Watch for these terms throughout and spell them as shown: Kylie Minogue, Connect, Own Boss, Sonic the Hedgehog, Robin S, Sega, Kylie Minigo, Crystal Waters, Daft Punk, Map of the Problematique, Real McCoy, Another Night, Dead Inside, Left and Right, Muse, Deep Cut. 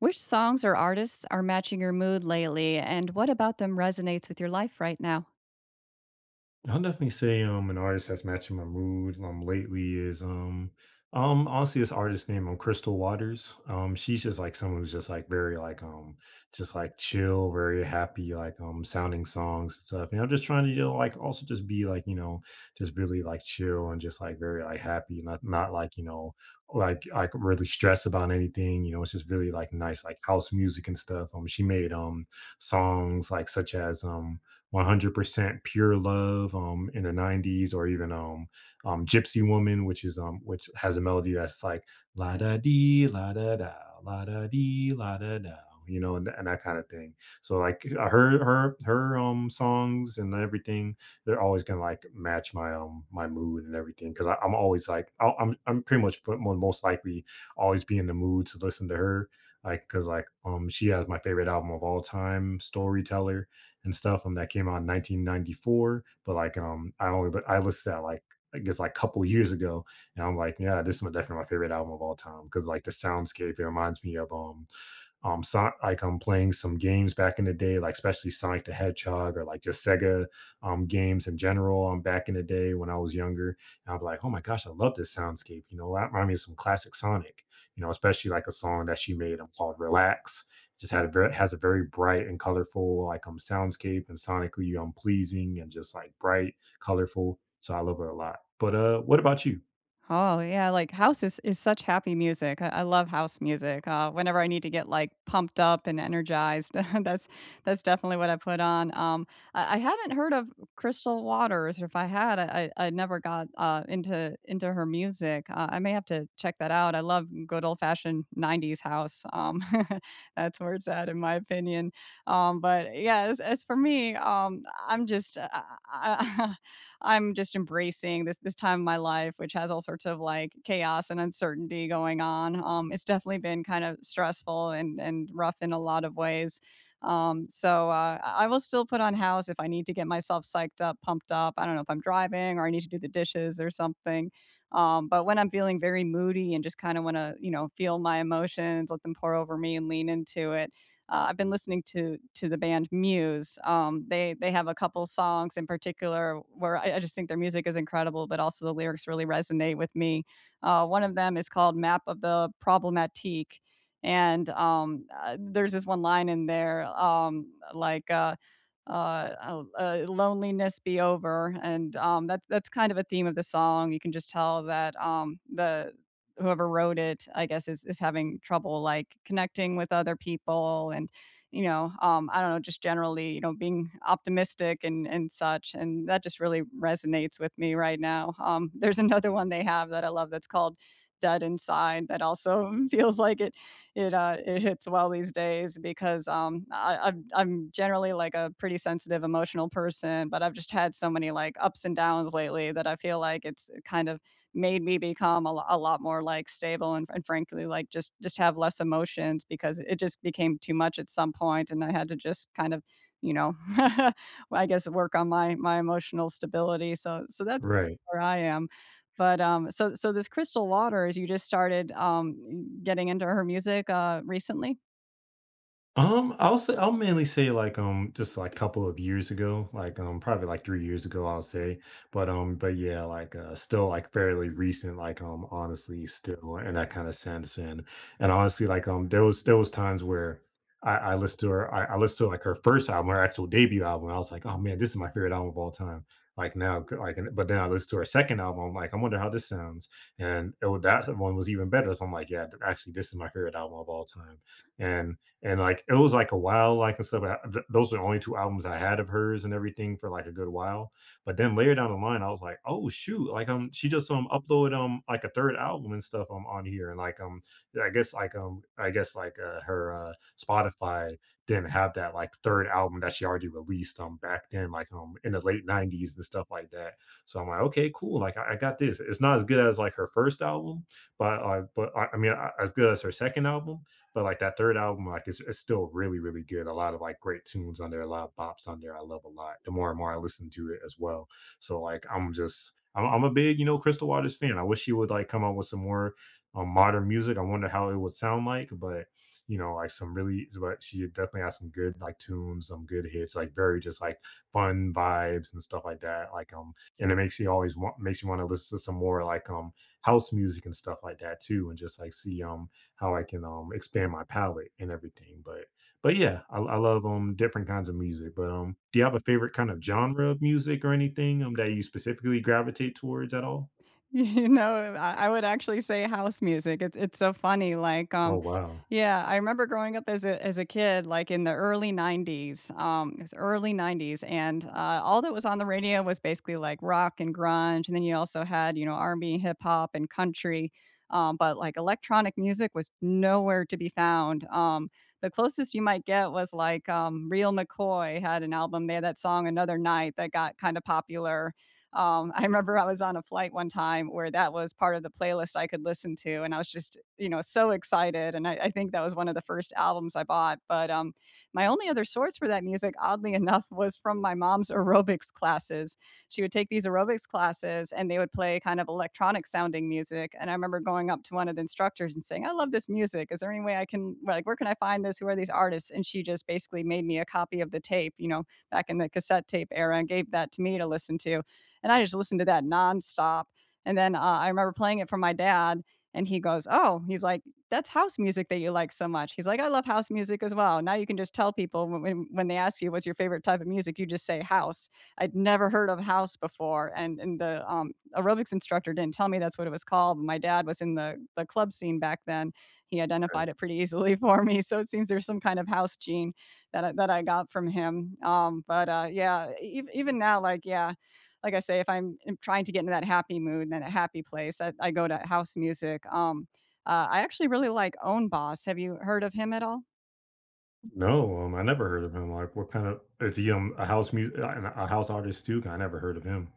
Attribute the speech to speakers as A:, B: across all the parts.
A: Which songs or artists are matching your mood lately, and what about them resonates with your life right now?
B: I'll definitely say an artist that's matching my mood lately is honestly this artist named Crystal Waters. She's just like someone who's just like very like just like chill, very happy, like sounding songs and stuff. You know, just trying to, you know, like also just be like, you know, just really like chill and just like very like happy, not like, you know, like really stressed about anything. You know, it's just really like nice like house music and stuff. She made songs like such as 100% percent Pure Love, in the 90s or even, Gypsy Woman, which is, which has a melody that's like la da dee, la da da, la da dee, la da da, you know, and that kinda thing. So, like, her songs and everything, they're always gonna, like, match my mood and everything because I'm always like I'm pretty much put mo most likely always be in the mood to listen to her, like, because like, she has my favorite album of all time, Storyteller, and stuff that came out in 1994. But like I only but I listed that like, I guess, like couple years ago, and I'm like, yeah, this is definitely my favorite album of all time because like the soundscape, it reminds me of so, like, I'm playing some games back in the day, like especially Sonic the Hedgehog or like just Sega games in general. Back in the day when I was younger, and I'd be like, oh my gosh, I love this soundscape. You know, that reminded me of some classic Sonic. You know, especially like a song that she made, called "Relax." Just had a very, has a very bright and colorful like soundscape and sonically pleasing and just like bright, colorful. So I love it a lot. But what about you?
A: Oh, yeah, like, house is such happy music. I love house music. Whenever I need to get, like, pumped up and energized, that's that's definitely what I put on. I hadn't heard of Crystal Waters, or if I had, I never got, into her music. I may have to check that out. I love good old-fashioned 90s house. That's where it's at, in my opinion. But yeah, as for me, I'm just I I'm just embracing this time of my life, which has all sorts of like chaos and uncertainty going on. It's definitely been kind of stressful and rough in a lot of ways. So I will still put on house if I need to get myself psyched up, pumped up. I don't know if I'm driving or I need to do the dishes or something. But when I'm feeling very moody and just kind of want to, you know, feel my emotions, let them pour over me and lean into it, I've been listening to the band Muse. They have a couple songs in particular where I just think their music is incredible, but also the lyrics really resonate with me. One of them is called "Map of the Problematique," and there's this one line in there loneliness be over, and that's kind of a theme of the song. You can just tell that the whoever wrote it, I guess, is having trouble like connecting with other people, and I don't know, just generally, you know, being optimistic and such, and that just really resonates with me right now. There's another one they have that I love that's called Dead Inside that also feels like it hits well these days because I'm generally like a pretty sensitive, emotional person, but I've just had so many like ups and downs lately that I feel like it's kind of made me become a lot more like stable and frankly like just have less emotions because it just became too much at some point and I had to just kind of you know well, I guess work on my my emotional stability so so that's
B: Right.
A: where I am. But so this Crystal Waters you just started getting into her music recently?
B: I'll mainly say like just like couple of years ago, like probably like 3 years ago, I'll say. But, but yeah, like still like fairly recent, like honestly still in that kind of sense. And honestly, like there was times where I listened to her, I listened to like her first album, her actual debut album, and I was like, oh man, this is my favorite album of all time. Like now, but then I listened to her second album. I'm like, I wonder how this sounds. And oh, that one was even better. So I'm like, yeah, actually, this is my favorite album of all time. And and like it was like a while, like, and stuff. Those are the only two albums I had of hers and everything for like a good while. But then later down the line, I was like, oh shoot, like, she just uploaded like a third album and stuff on here, and like I guess like her Spotify didn't have that like third album that she already released back then, like in the late '90s and stuff like that. So I'm like, okay, cool. Like, I got this. It's not as good as like her first album, but I mean, I, as good as her second album. But like that third album, like it's still really, really good. A lot of like great tunes on there, a lot of bops on there. I love a lot. The more and more I listen to it as well. So like I'm a big, you know, Crystal Waters fan. I wish she would like come out with some more, modern music. I wonder how it would sound like, but you know, like, some really but she definitely has some good like tunes, some good hits, like very just like fun vibes and stuff like that. Like and it makes you always want makes you want to listen to some more like house music and stuff like that too, and just like see how I can expand my palette and everything. But yeah, I love different kinds of music. But, do you have a favorite kind of genre of music or anything that you specifically gravitate towards at all?
A: You know, I would actually say house music. It's so funny, like,
B: Oh, wow.
A: yeah, I remember growing up as a kid, like, in the early 90s, it was early 90s, and, all that was on the radio was basically, like, rock and grunge, and then you also had, you know, R&B, hip hop, and country, but like, electronic music was nowhere to be found, the closest you might get was, like, Real McCoy had an album, they had that song, "Another Night," that got kinda popular, I remember I was on a flight one time where that was part of the playlist I could listen to, and I was just, you know, so excited. And I think that was one of the first albums I bought. But My only other source for that music, oddly enough, was from my mom's aerobics classes. She would take these aerobics classes, and they would play kind of electronic sounding music. And I remember going up to one of the instructors and saying, "I love this music. Is there any way I can like, where can I find this? Who are these artists?" And she just basically made me a copy of the tape, you know, back in the cassette tape era, and gave that to me to listen to and I just listened to that nonstop. And then I remember playing it for my dad, and he goes, "Oh, he's like, that's house music that you like so much." He's like, "I love house music as well." Now you can just tell people when when they ask you what's your favorite type of music, you just say house. I'd never heard of house before, and the aerobics instructor didn't tell me that's what it was called. My dad was in the club scene back then. He
B: Right.
A: identified it pretty easily for me, so it seems there's some kind of house gene that that I got from him. But Yeah, even now, like yeah, like I say, if I'm trying to get into that happy mood and that happy place, I go to house music. I actually really like Own Boss. Have you heard of him at all?
B: No, I never heard of him. Like, what kind of is he, a house music, a house artist too? I never heard of him.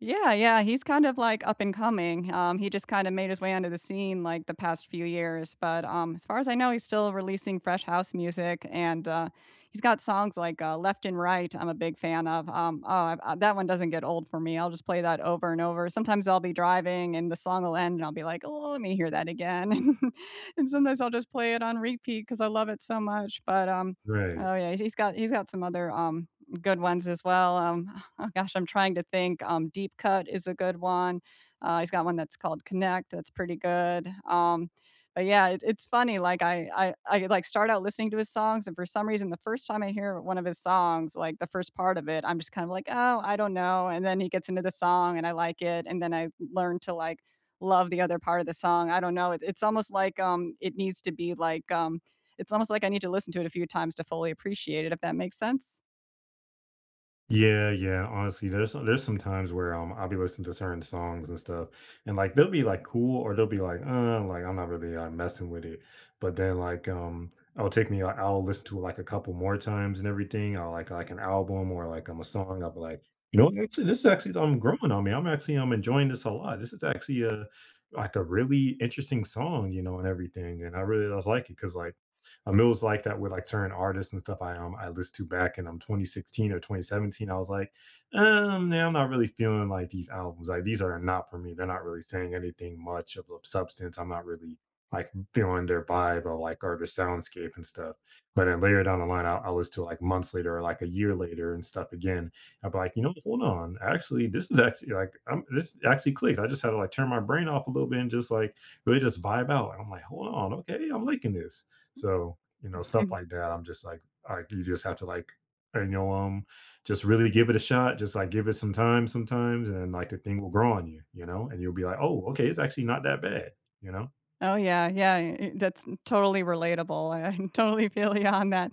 A: Yeah, yeah, he's kind of, like, up and coming, he just kinda made his way onto the scene, like, the past few years, but, as far as I know, he's still releasing fresh house music, and, he's got songs like, "Left and Right" I'm a big fan of, oh, I that one doesn't get old for me, I'll just play that over and over. Sometimes I'll be driving and the song will end and I'll be like, "Oh, let me hear that again." And sometimes I'll just play it on repeat because I love it so much, but,
B: Right.
A: oh, yeah, he's got some other, good ones as well. Oh gosh, I'm trying to think. Deep Cut is a good one. He's got one that's called Connect. That's pretty good. But yeah, it's funny. Like I like start out listening to his songs, and for some reason, the first time I hear one of his songs, like the first part of it, I'm just kind of like, oh, I don't know. And then he gets into the song, and I like it, and then I learn to like love the other part of the song. I don't know. It's almost like it needs to be like it's almost like I need to listen to it a few times to fully appreciate it. If that makes sense.
B: Yeah, yeah, honestly, there's some times where, I'll be listening to certain songs and stuff, and, like, they'll be, like, cool or they'll be like, "I'm not really, like messing with it," but then, like, it'll take me, like, I'll listen to it, like, a couple more times and everything, I'll like an album or, like, a song, I'll be like, "You know, actually, this is actually, I'm growing on me, I'm actually, I'm enjoying this a lot, this is actually a, like, a really interesting song," you know, and everything, and I really, like it because like, it was like that with like certain artists and stuff I listened to back in 2016 or 2017. I was like, yeah, I'm not really feeling like these albums. Like these are not for me. They're not really saying anything much of substance. I'm not really like feeling their vibe or like or the soundscape and stuff. But then later down the line, I'll listen to it, like months later or like a year later and stuff again. I'll be like, you know, hold on. Actually, this is actually like I'm this actually clicked. I just had to like turn my brain off a little bit and just like really just vibe out. And I'm like, hold on, okay, I'm liking this. So you know, stuff like that. I'm just like you just have to like, you know, just really give it a shot. Just like give it some time sometimes, and then like the thing will grow on you, you know, and you'll be like, oh, okay, it's actually not that bad, you know.
A: Oh, yeah, yeah, eh, that's totally relatable, I totally feel you on that.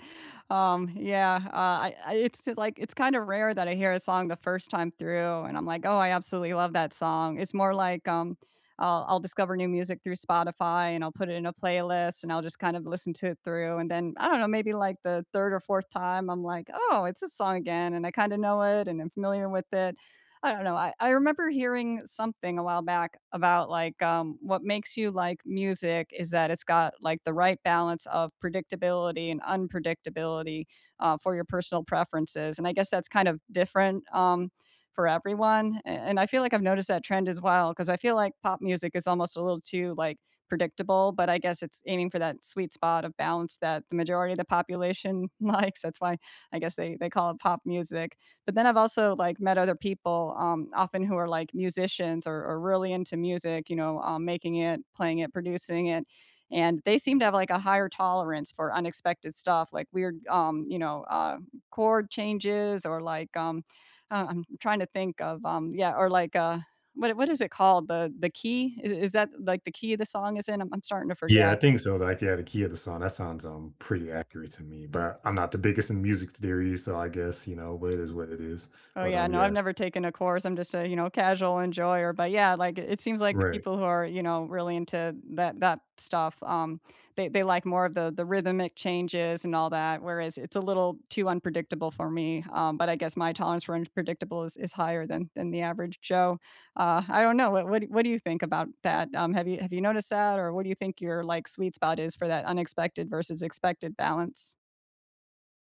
A: Yeah, I it's just like it's kinda rare that I hear a song the first time through, and I'm like, "Oh, I absolutely love that song." It's more like, I'll discover new music through Spotify, and I'll put it in a playlist, and I'll just kind of listen to it through, and then, I don't know, maybe, like, the 3rd or 4th time, I'm like, "Oh, it's this song again," and I kinda know it, and I'm familiar with it. I don't know. I remember hearing something a while back about like what makes you like music is that it's got like the right balance of predictability and unpredictability for your personal preferences. And I guess that's kind of different for everyone. And I feel like I've noticed that trend as well because I feel like pop music is almost a little too like predictable, but I guess it's aiming for that sweet spot of balance that the majority of the population likes. That's why I guess they call it pop music, but then I've also like met other people, often who are like musicians or really into music, you know, making it, playing it, producing it. And they seem to have like a higher tolerance for unexpected stuff, like weird, chord changes or like, I'm trying to think of, yeah, or like, what is it called? The key? Is that like the key the song is in? I'm starting to
B: Yeah, I
A: forget.
B: think so. Like, yeah, the key of the song. That sounds pretty accurate to me. But I'm not the biggest in music theory, so I guess you know, but it is what it is.
A: Oh,
B: But
A: yeah,
B: um,
A: no, I've
B: yeah,
A: never taken a course, I'm just a, you know, casual enjoyer, but yeah, like, it seems like the
B: right.
A: people who are, you know, really into that stuff, they like more of the rhythmic changes and all that, whereas it's a little too unpredictable for me, but I guess my tolerance for unpredictable is higher than the average Joe. I don't know, what do you think about that? Have you noticed that, or what do you think your, like, sweet spot is for that unexpected versus expected balance?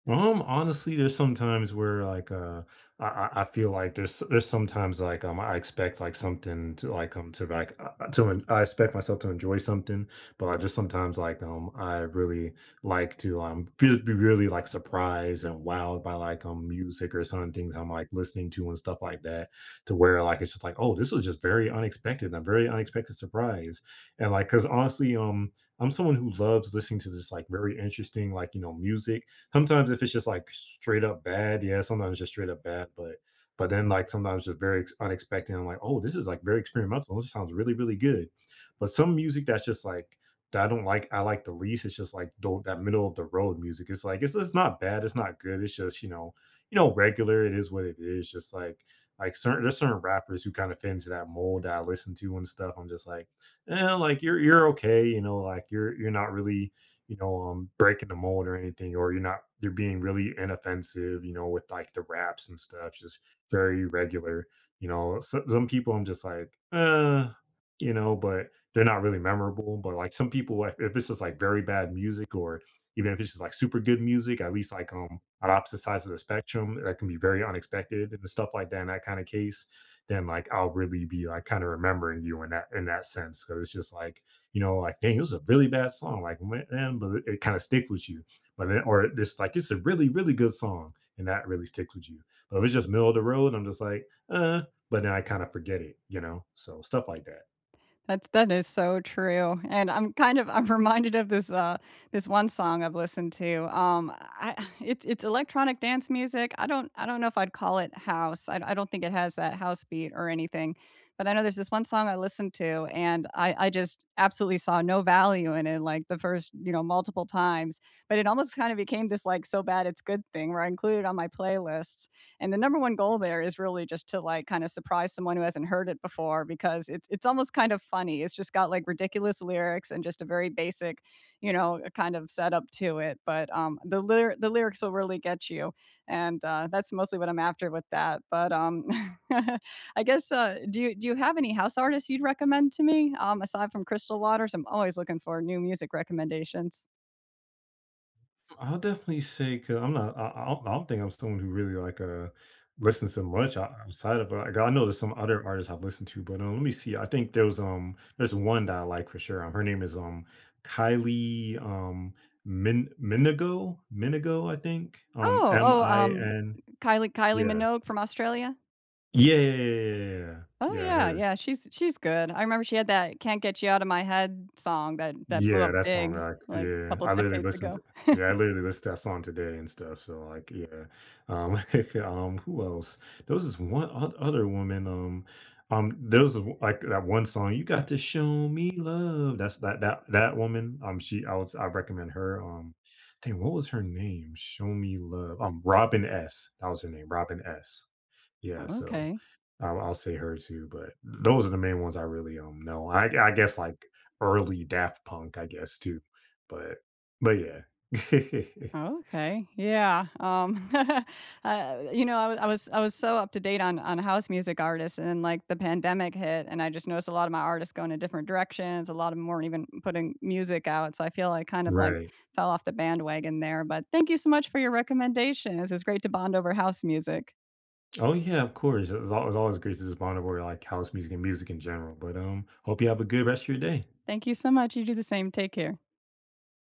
B: Honestly, there's sometimes where like I feel like there's sometimes like I expect like something to like I expect myself to enjoy something, but I just sometimes like I really like to be really like surprised and wowed by like music or certain things I'm like listening to and stuff like that to where like it's just like, oh, this was just very unexpected, a very unexpected surprise, and like because honestly, I'm someone who loves listening to this like very interesting, like, you know, music. Sometimes if it's just like straight up bad, yeah, sometimes it's just straight up bad, but then like sometimes it's very unexpected. I'm like, oh, this is like very experimental. This sounds really really good. But some music that's just like, that I don't like. I like the least. It's just like that middle of the road music. It's like it's not bad. It's not good. It's just, you know, regular. It is what it is. Just like certain there's certain rappers who kind of fit into that mold that I listen to and stuff. I'm just like, eh, like you're okay, you know, like you're not really, you know, breaking the mold or anything, or you're not, you're being really inoffensive, you know, with like the raps and stuff, just very regular. You know, so, some people I'm just like, you know, but they're not really memorable. But like some people, if it's just like very bad music, or even if it's just like super good music, at least like on opposite sides of the spectrum, that can be very unexpected and stuff like that. In that kind of case, then like I'll really be like kind of remembering you in that sense because it's just like, you know, like, dang, it was a really bad song, like, man, but it kind of sticks with you. But then, or it's like, it's a really, really good song, and that really sticks with you. But if it's just middle of the road, I'm just like, but then I kind of forget it, you know? So stuff like that.
A: That is so true, and I'm kind of I'm reminded of this, this one song I've listened to. I it's electronic dance music. I don't know if I'd call it house. I don't think it has that house beat or anything, but I know there's this one song I listened to, and I just absolutely saw no value in it, like, the first, you know, multiple times, but it almost kind of became this, like, so bad it's good thing where I included on my playlists. And the number one goal there is really just to like kind of surprise someone who hasn't heard it before because it's almost kind of funny. It's just got like ridiculous lyrics and just a very basic, you know, kind of setup to it. But the lyrics will really get you, and that's mostly what I'm after with that. But I guess do you have any house artists you'd recommend to me aside from Crystal Waters? I'm always looking for new music recommendations.
B: I'll definitely say because 'cause I'm not. I don't think I'm someone who really like listens to much outside of like I know there's some other artists I've listened to, but let me see. I think there's one that I like for sure. Her name is Kylie Minigo, I think,
A: Oh,
B: M
A: oh,
B: I
A: um,
B: N
A: Kylie
B: yeah,
A: Minogue from Australia.
B: yeah, yeah, yeah, yeah, yeah,
A: Oh,
B: yeah, yeah,
A: yeah,
B: her.
A: yeah, she's good. I remember she had that "Can't Get You Out of My Head" song that that blew up
B: Yeah, that song,
A: big,
B: like,
A: like, a
B: yeah,
A: couple
B: I literally
A: decades
B: listened
A: ago.
B: to yeah, I literally listened to that song today and stuff, so, like, yeah. Like, who else? There was this one other woman, there was, like, that one song, "You Got to Show Me Love," that's that woman, she, I recommend her. Dang, what was her name? Show Me Love, Robin S. That was her name, Robin S. Yeah,
A: Oh,
B: so,
A: okay.
B: I'll say her too, but those are the main ones I really, know. I guess, like, early Daft Punk, I guess, too. But but yeah.
A: Oh, okay. Yeah, you know, I was so up to date on house music artists, and then, like, the pandemic hit, and I just noticed a lot of my artists going in different directions, a lot of them 'em weren't even putting music out, so I feel I kind of, like,
B: Right.
A: fell off the bandwagon there, but thank you so much for your recommendation. This is great to bond over house music.
B: Oh, yeah, of course. It's always great to just bond over, like, house music and music in general, but, hope you have a good rest of your day.
A: Thank you so much, you do the same, take care.